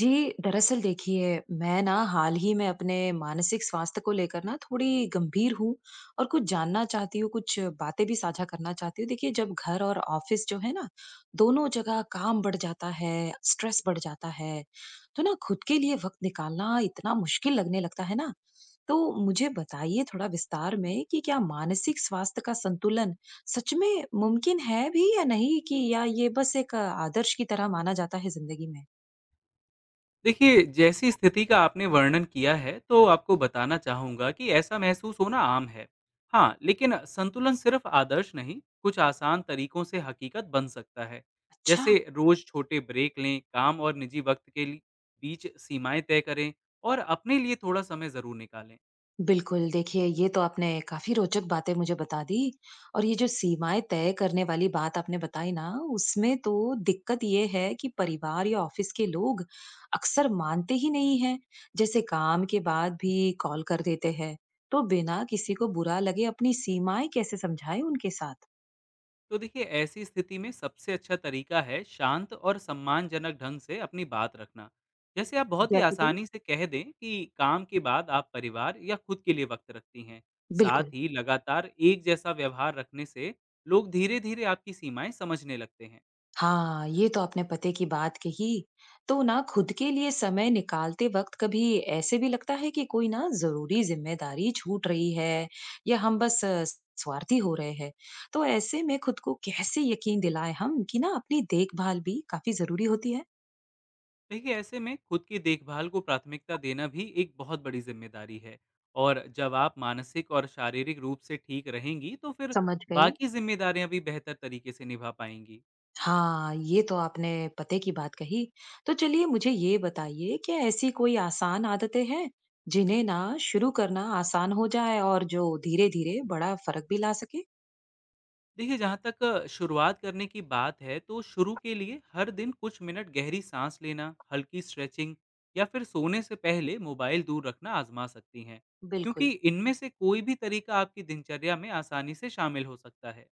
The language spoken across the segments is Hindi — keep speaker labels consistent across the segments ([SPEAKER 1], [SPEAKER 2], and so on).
[SPEAKER 1] जी, दरअसल देखिए, मैं ना हाल ही में अपने मानसिक स्वास्थ्य को लेकर ना थोड़ी गंभीर हूँ और कुछ जानना चाहती हूँ, कुछ बातें भी साझा करना चाहती हूँ। देखिए, जब घर और ऑफ़िस जो है ना, दोनों जगह काम बढ़ जाता है, स्ट्रेस बढ़ जाता है, तो ना खुद के लिए वक़्त निकालना इतना मुश्किल लगने लगता है ना। तो मुझे बताइए थोड़ा विस्तार में कि क्या मानसिक स्वास्थ्य का संतुलन सच में मुमकिन है भी या नहीं कि या ये बस एक आदर्श की तरह माना जाता है ज़िंदगी में?
[SPEAKER 2] देखिए, जैसी स्थिति का आपने वर्णन किया है, तो आपको बताना चाहूँगा कि ऐसा महसूस होना आम है। हाँ, लेकिन संतुलन सिर्फ आदर्श नहीं, कुछ आसान तरीकों से हकीकत बन सकता है।
[SPEAKER 1] अच्छा।
[SPEAKER 2] जैसे रोज़ छोटे ब्रेक लें, काम और निजी वक़्त के लि- बीच सीमाएं तय करें और अपने लिए थोड़ा समय ज़रूर निकालें।
[SPEAKER 1] बिल्कुल, देखिए ये तो आपने काफ़ी रोचक बातें मुझे बता दी और ये जो सीमाएँ तय करने वाली बात आपने बताई ना, उसमें तो दिक्कत ये है कि परिवार या ऑफ़िस के लोग अक्सर मानते ही नहीं हैं। जैसे काम के बाद भी कॉल कर देते हैं, तो बिना किसी को बुरा लगे अपनी सीमाएँ कैसे समझाएँ उनके साथ?
[SPEAKER 2] तो देखिए ऐसी स्थिति में सबसे अच्छा तरीका है शांत और सम्मानजनक ढंग से अपनी बात रखना। जैसे आप बहुत ही
[SPEAKER 1] जैसे कि
[SPEAKER 2] आसानी से कह दें कि काम के बाद आप परिवार या खुद के लिए वक्त रखती हैं। साथ
[SPEAKER 1] बिल्कुल।
[SPEAKER 2] ही लगातार एक जैसा व्यवहार रखने से लोग धीरे धीरे आपकी सीमाएं समझने लगते हैं।
[SPEAKER 1] हाँ, ये तो आपने पते की बात कही। तो ना खुद के लिए समय निकालते वक़्त कभी ऐसे भी लगता है कि कोई ना ज़रूरी ज़िम्मेदारी छूट रही है या हम बस स्वार्थी हो रहे हैं। तो ऐसे में खुद को कैसे यकीन दिलाएँ हम कि ना अपनी देखभाल भी काफ़ी ज़रूरी होती है?
[SPEAKER 2] देखिए ऐसे में खुद की देखभाल को प्राथमिकता देना भी एक बहुत बड़ी जिम्मेदारी है, और जब आप मानसिक और शारीरिक रूप से ठीक रहेंगी तो फिर
[SPEAKER 1] समझ गई।
[SPEAKER 2] बाकी जिम्मेदारियां भी बेहतर तरीके से निभा पाएंगी।
[SPEAKER 1] हाँ, ये तो आपने पते की बात कही। तो चलिए मुझे ये बताइए क्या ऐसी कोई आसान आदतें हैं जिन्हें ना शुरू करना आसान हो जाए और जो धीरे-धीरे बड़ा फ़र्क भी ला सके?
[SPEAKER 2] देखिए जहाँ तक शुरुआत करने की बात है, तो शुरू के लिए हर दिन कुछ मिनट गहरी सांस लेना, हल्की स्ट्रेचिंग या फिर सोने से पहले मोबाइल दूर रखना आजमा सकती हैं, क्योंकि
[SPEAKER 1] बिल्कुल।
[SPEAKER 2] इनमें से कोई भी तरीका आपकी दिनचर्या में आसानी से शामिल हो सकता है।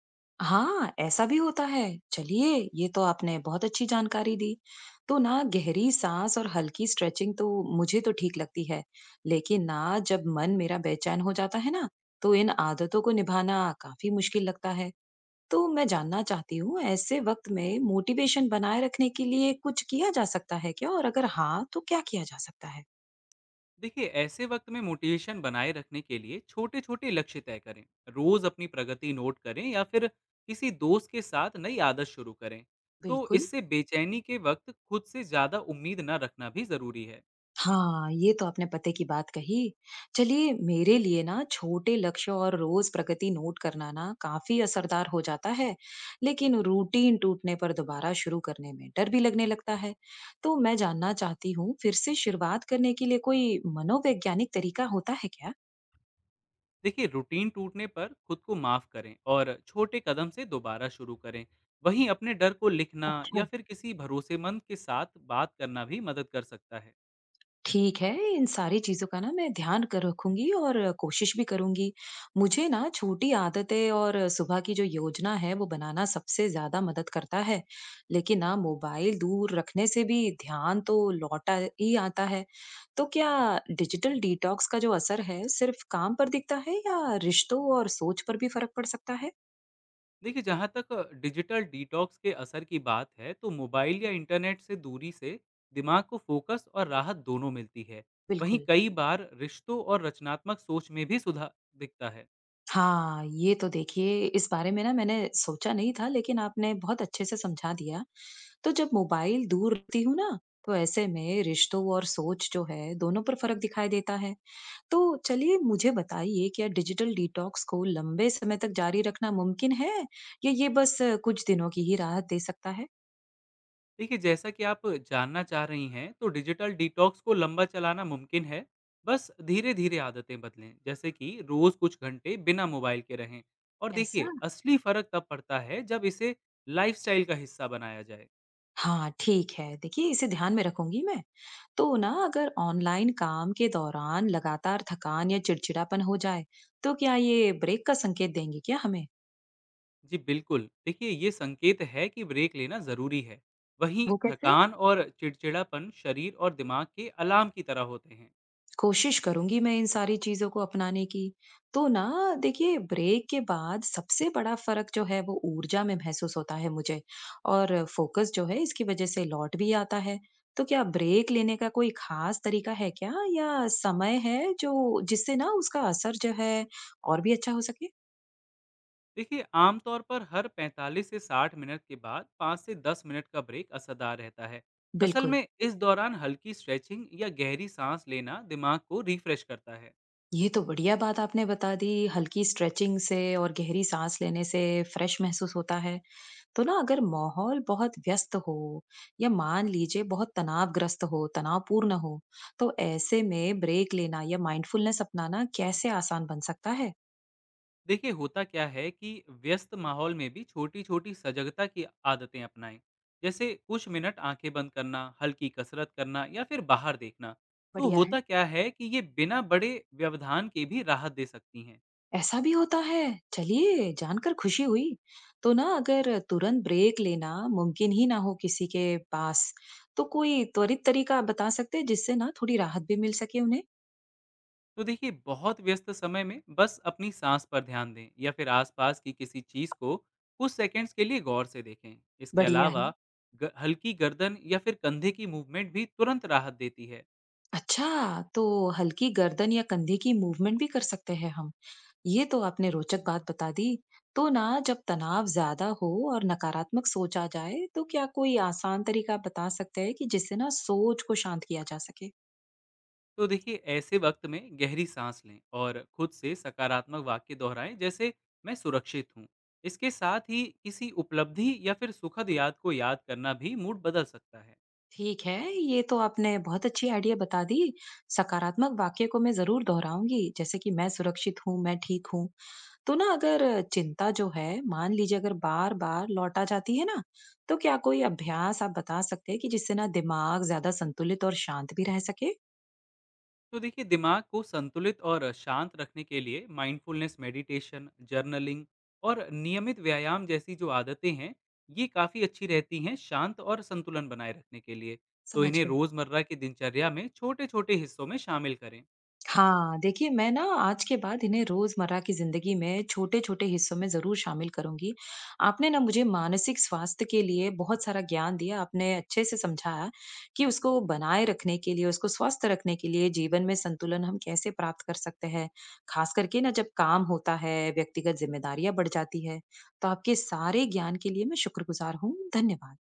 [SPEAKER 1] हाँ, ऐसा भी होता है। चलिए, ये तो आपने बहुत अच्छी जानकारी दी। तो ना गहरी साँस और हल्की स्ट्रेचिंग तो मुझे तो ठीक लगती है। लेकिन ना जब मन मेरा बेचैन हो जाता है ना, तो इन आदतों को निभाना काफ़ी मुश्किल लगता है। तो मैं जानना चाहती हूँ ऐसे वक़्त में मोटिवेशन बनाए रखने के लिए कुछ किया जा सकता है क्या? और अगर हाँ, तो क्या किया जा सकता है?
[SPEAKER 2] देखिए ऐसे वक्त में मोटिवेशन बनाए रखने के लिए छोटे छोटे लक्ष्य तय करें, रोज अपनी प्रगति नोट करें या फिर किसी दोस्त के साथ नई आदत शुरू करें। तो
[SPEAKER 1] बिल्कुल।
[SPEAKER 2] इससे बेचैनी के वक्त खुद से ज़्यादा उम्मीद न रखना भी ज़रूरी है।
[SPEAKER 1] हाँ, ये तो आपने पते की बात कही। चलिए, मेरे लिए ना छोटे लक्ष्य और रोज़ प्रगति नोट करना ना काफ़ी असरदार हो जाता है, लेकिन रूटीन टूटने पर दोबारा शुरू करने में डर भी लगने लगता है। तो मैं जानना चाहती हूँ, फिर से शुरुआत करने के लिए कोई मनोवैज्ञानिक तरीका होता है क्या?
[SPEAKER 2] देखिए रूटीन टूटने पर खुद को माफ करें और छोटे कदम से दोबारा शुरू करें। वहीं अपने डर को लिखना या
[SPEAKER 1] अच्छा।
[SPEAKER 2] फिर किसी भरोसेमंद के साथ बात करना भी मदद कर सकता है।
[SPEAKER 1] ठीक है, इन सारी चीज़ों का ना मैं ध्यान क रखूँगी और कोशिश भी करूँगी। मुझे ना छोटी आदतें और सुबह की जो योजना है, वो बनाना सबसे ज़्यादा मदद करता है। लेकिन ना मोबाइल दूर रखने से भी ध्यान तो लौटा ही आता है। तो क्या डिजिटल डिटॉक्स का जो असर है, सिर्फ़ काम पर दिखता है या रिश्तों और सोच पर भी फ़र्क पड़ सकता है?
[SPEAKER 2] देखिए जहाँ तक डिजिटल डिटॉक्स के असर की बात है, तो मोबाइल या इंटरनेट से दूरी से दिमाग को फोकस और राहत दोनों मिलती है। वहीं
[SPEAKER 1] बिल्कुल।
[SPEAKER 2] कई बार रिश्तों और रचनात्मक सोच में भी सुधार दिखता है।
[SPEAKER 1] हाँ, ये तो देखिए इस बारे में ना मैंने सोचा नहीं था लेकिन आपने बहुत अच्छे से समझा दिया। तो जब मोबाइल दूर रखती हूँ ना, तो ऐसे में रिश्तों और सोच जो है दोनों पर फ़र्क दिखाई देता है। तो चलिए मुझे बताइए क्या डिजिटल डिटॉक्स को लंबे समय तक जारी रखना मुमकिन है? या ये बस कुछ दिनों की ही राहत दे सकता है?
[SPEAKER 2] देखिए जैसा कि आप जानना चाह रही हैं, तो डिजिटल डिटॉक्स को लंबा चलाना मुमकिन है। बस धीरे धीरे आदतें बदलें, जैसे कि रोज कुछ घंटे बिना मोबाइल के रहें। और
[SPEAKER 1] ऐसा?
[SPEAKER 2] देखिए असली फर्क तब पड़ता है जब इसे लाइफस्टाइल का हिस्सा बनाया जाए।
[SPEAKER 1] हाँ, ठीक है। देखिए इसे ध्यान में रखूँगी मैं। तो ना अगर ऑनलाइन काम के दौरान लगातार थकान या चिड़चिड़ापन हो जाए, तो क्या ये ब्रेक का संकेत देंगे क्या हमें?
[SPEAKER 2] जी बिल्कुल, देखिए ये संकेत है कि ब्रेक लेना जरूरी है। वहीं
[SPEAKER 1] वो कैसे?
[SPEAKER 2] थकान और चिड़चिड़ापन शरीर और दिमाग के अलार्म की तरह होते हैं।
[SPEAKER 1] कोशिश करूँगी मैं इन सारी चीज़ों को अपनाने की। तो ना देखिए ब्रेक के बाद सबसे बड़ा फ़र्क जो है वो ऊर्जा में महसूस होता है मुझे और फ़ोकस जो है इसकी वज़ह से लौट भी आता है। तो क्या ब्रेक लेने का कोई ख़ास तरीका है क्या या समय है जो जिससे ना उसका असर जो है और भी अच्छा हो सके?
[SPEAKER 2] देखिए आमतौर पर हर 45 से 60 मिनट के बाद 5 से 10 मिनट का ब्रेक असरदार रहता है। असल
[SPEAKER 1] बिल्कुल।
[SPEAKER 2] में इस दौरान हल्की स्ट्रेचिंग या गहरी सांस लेना दिमाग को रिफ्रेश करता है।
[SPEAKER 1] ये तो बढ़िया बात आपने बता दी, हल्की स्ट्रेचिंग से और गहरी साँस लेने से फ्रेश महसूस होता है। तो ना अगर माहौल बहुत व्यस्त हो या मान लीजिए बहुत तनावग्रस्त हो तनावपूर्ण हो तो ऐसे में ब्रेक लेना या माइंडफुलनेस अपनाना कैसे आसान बन सकता है।
[SPEAKER 2] देखिए होता क्या है कि व्यस्त माहौल में भी छोटी छोटी सजगता की आदतें अपनाएं। जैसे कुछ मिनट आंखें बंद करना, हल्की कसरत करना या फिर बाहर देखना। तो
[SPEAKER 1] बढ़िया है।
[SPEAKER 2] होता क्या है कि ये बिना बड़े व्यवधान के भी राहत दे सकती हैं।
[SPEAKER 1] ऐसा भी होता है। चलिए जानकर खुशी हुई। तो ना अगर तुरंत ब्रेक लेना मुमकिन ही ना हो किसी के पास तो कोई त्वरित तरीका आप बता सकते हैं जिससे ना थोड़ी राहत भी मिल सके उन्हें।
[SPEAKER 2] तो देखिए बहुत व्यस्त समय में बस अपनी सांस पर ध्यान दें या फिर आसपास की किसी चीज को कुछ सेकंड्स के लिए गौर से देखें। इसके
[SPEAKER 1] बढ़िया है।
[SPEAKER 2] अलावा हल्की गर्दन या फिर कंधे की मूवमेंट भी तुरंत राहत देती है।
[SPEAKER 1] अच्छा। तो हल्की गर्दन या कंधे की मूवमेंट भी कर सकते हैं हम। ये तो आपने रोचक बात बता दी। तो ना जब तनाव ज्यादा हो और नकारात्मक सोच आ जाए तो क्या कोई आसान तरीका आप बता सकते हैं कि जिससे ना सोच को शांत किया जा सके?
[SPEAKER 2] तो देखिए ऐसे वक्त में गहरी सांस लें और खुद से सकारात्मक वाक्य दोहराएं, जैसे मैं सुरक्षित हूँ। इसके साथ ही किसी उपलब्धि या फिर सुखद याद को याद करना भी मूड बदल सकता है।
[SPEAKER 1] ठीक है, ये तो आपने बहुत अच्छी आइडिया बता दी। सकारात्मक वाक्य को मैं जरूर दोहराऊंगी जैसे कि मैं सुरक्षित हूँ, मैं ठीक हूँ। तो ना अगर चिंता जो है मान लीजिए अगर बार बार लौटा जाती है ना, तो क्या कोई अभ्यास आप बता सकते हैं कि जिससे ना दिमाग ज्यादा संतुलित और शांत भी रह सके?
[SPEAKER 2] तो देखिए दिमाग को संतुलित और शांत रखने के लिए माइंडफुलनेस, मेडिटेशन, जर्नलिंग और नियमित व्यायाम जैसी जो आदतें हैं, ये काफ़ी अच्छी रहती हैं शांत और संतुलन बनाए रखने के लिए। तो
[SPEAKER 1] समझ
[SPEAKER 2] इन्हें
[SPEAKER 1] गई।
[SPEAKER 2] रोज़मर्रा की दिनचर्या में छोटे छोटे हिस्सों में शामिल करें।
[SPEAKER 1] हाँ, देखिए मैं ना आज के बाद इन्हें रोज़मर्रा की ज़िंदगी में छोटे-छोटे हिस्सों में ज़रूर शामिल करूँगी। आपने ना मुझे मानसिक स्वास्थ्य के लिए बहुत सारा ज्ञान दिया, आपने अच्छे से समझाया कि उसको बनाए रखने के लिए, उसको स्वस्थ रखने के लिए जीवन में संतुलन हम कैसे प्राप्त कर सकते हैं। ख़ास करके ना जब काम होता है, व्यक्तिगत ज़िम्मेदारियाँ बढ़ जाती है। तो आपके सारे ज्ञान के लिए मैं शुक्रगुज़ार हूँ। धन्यवाद।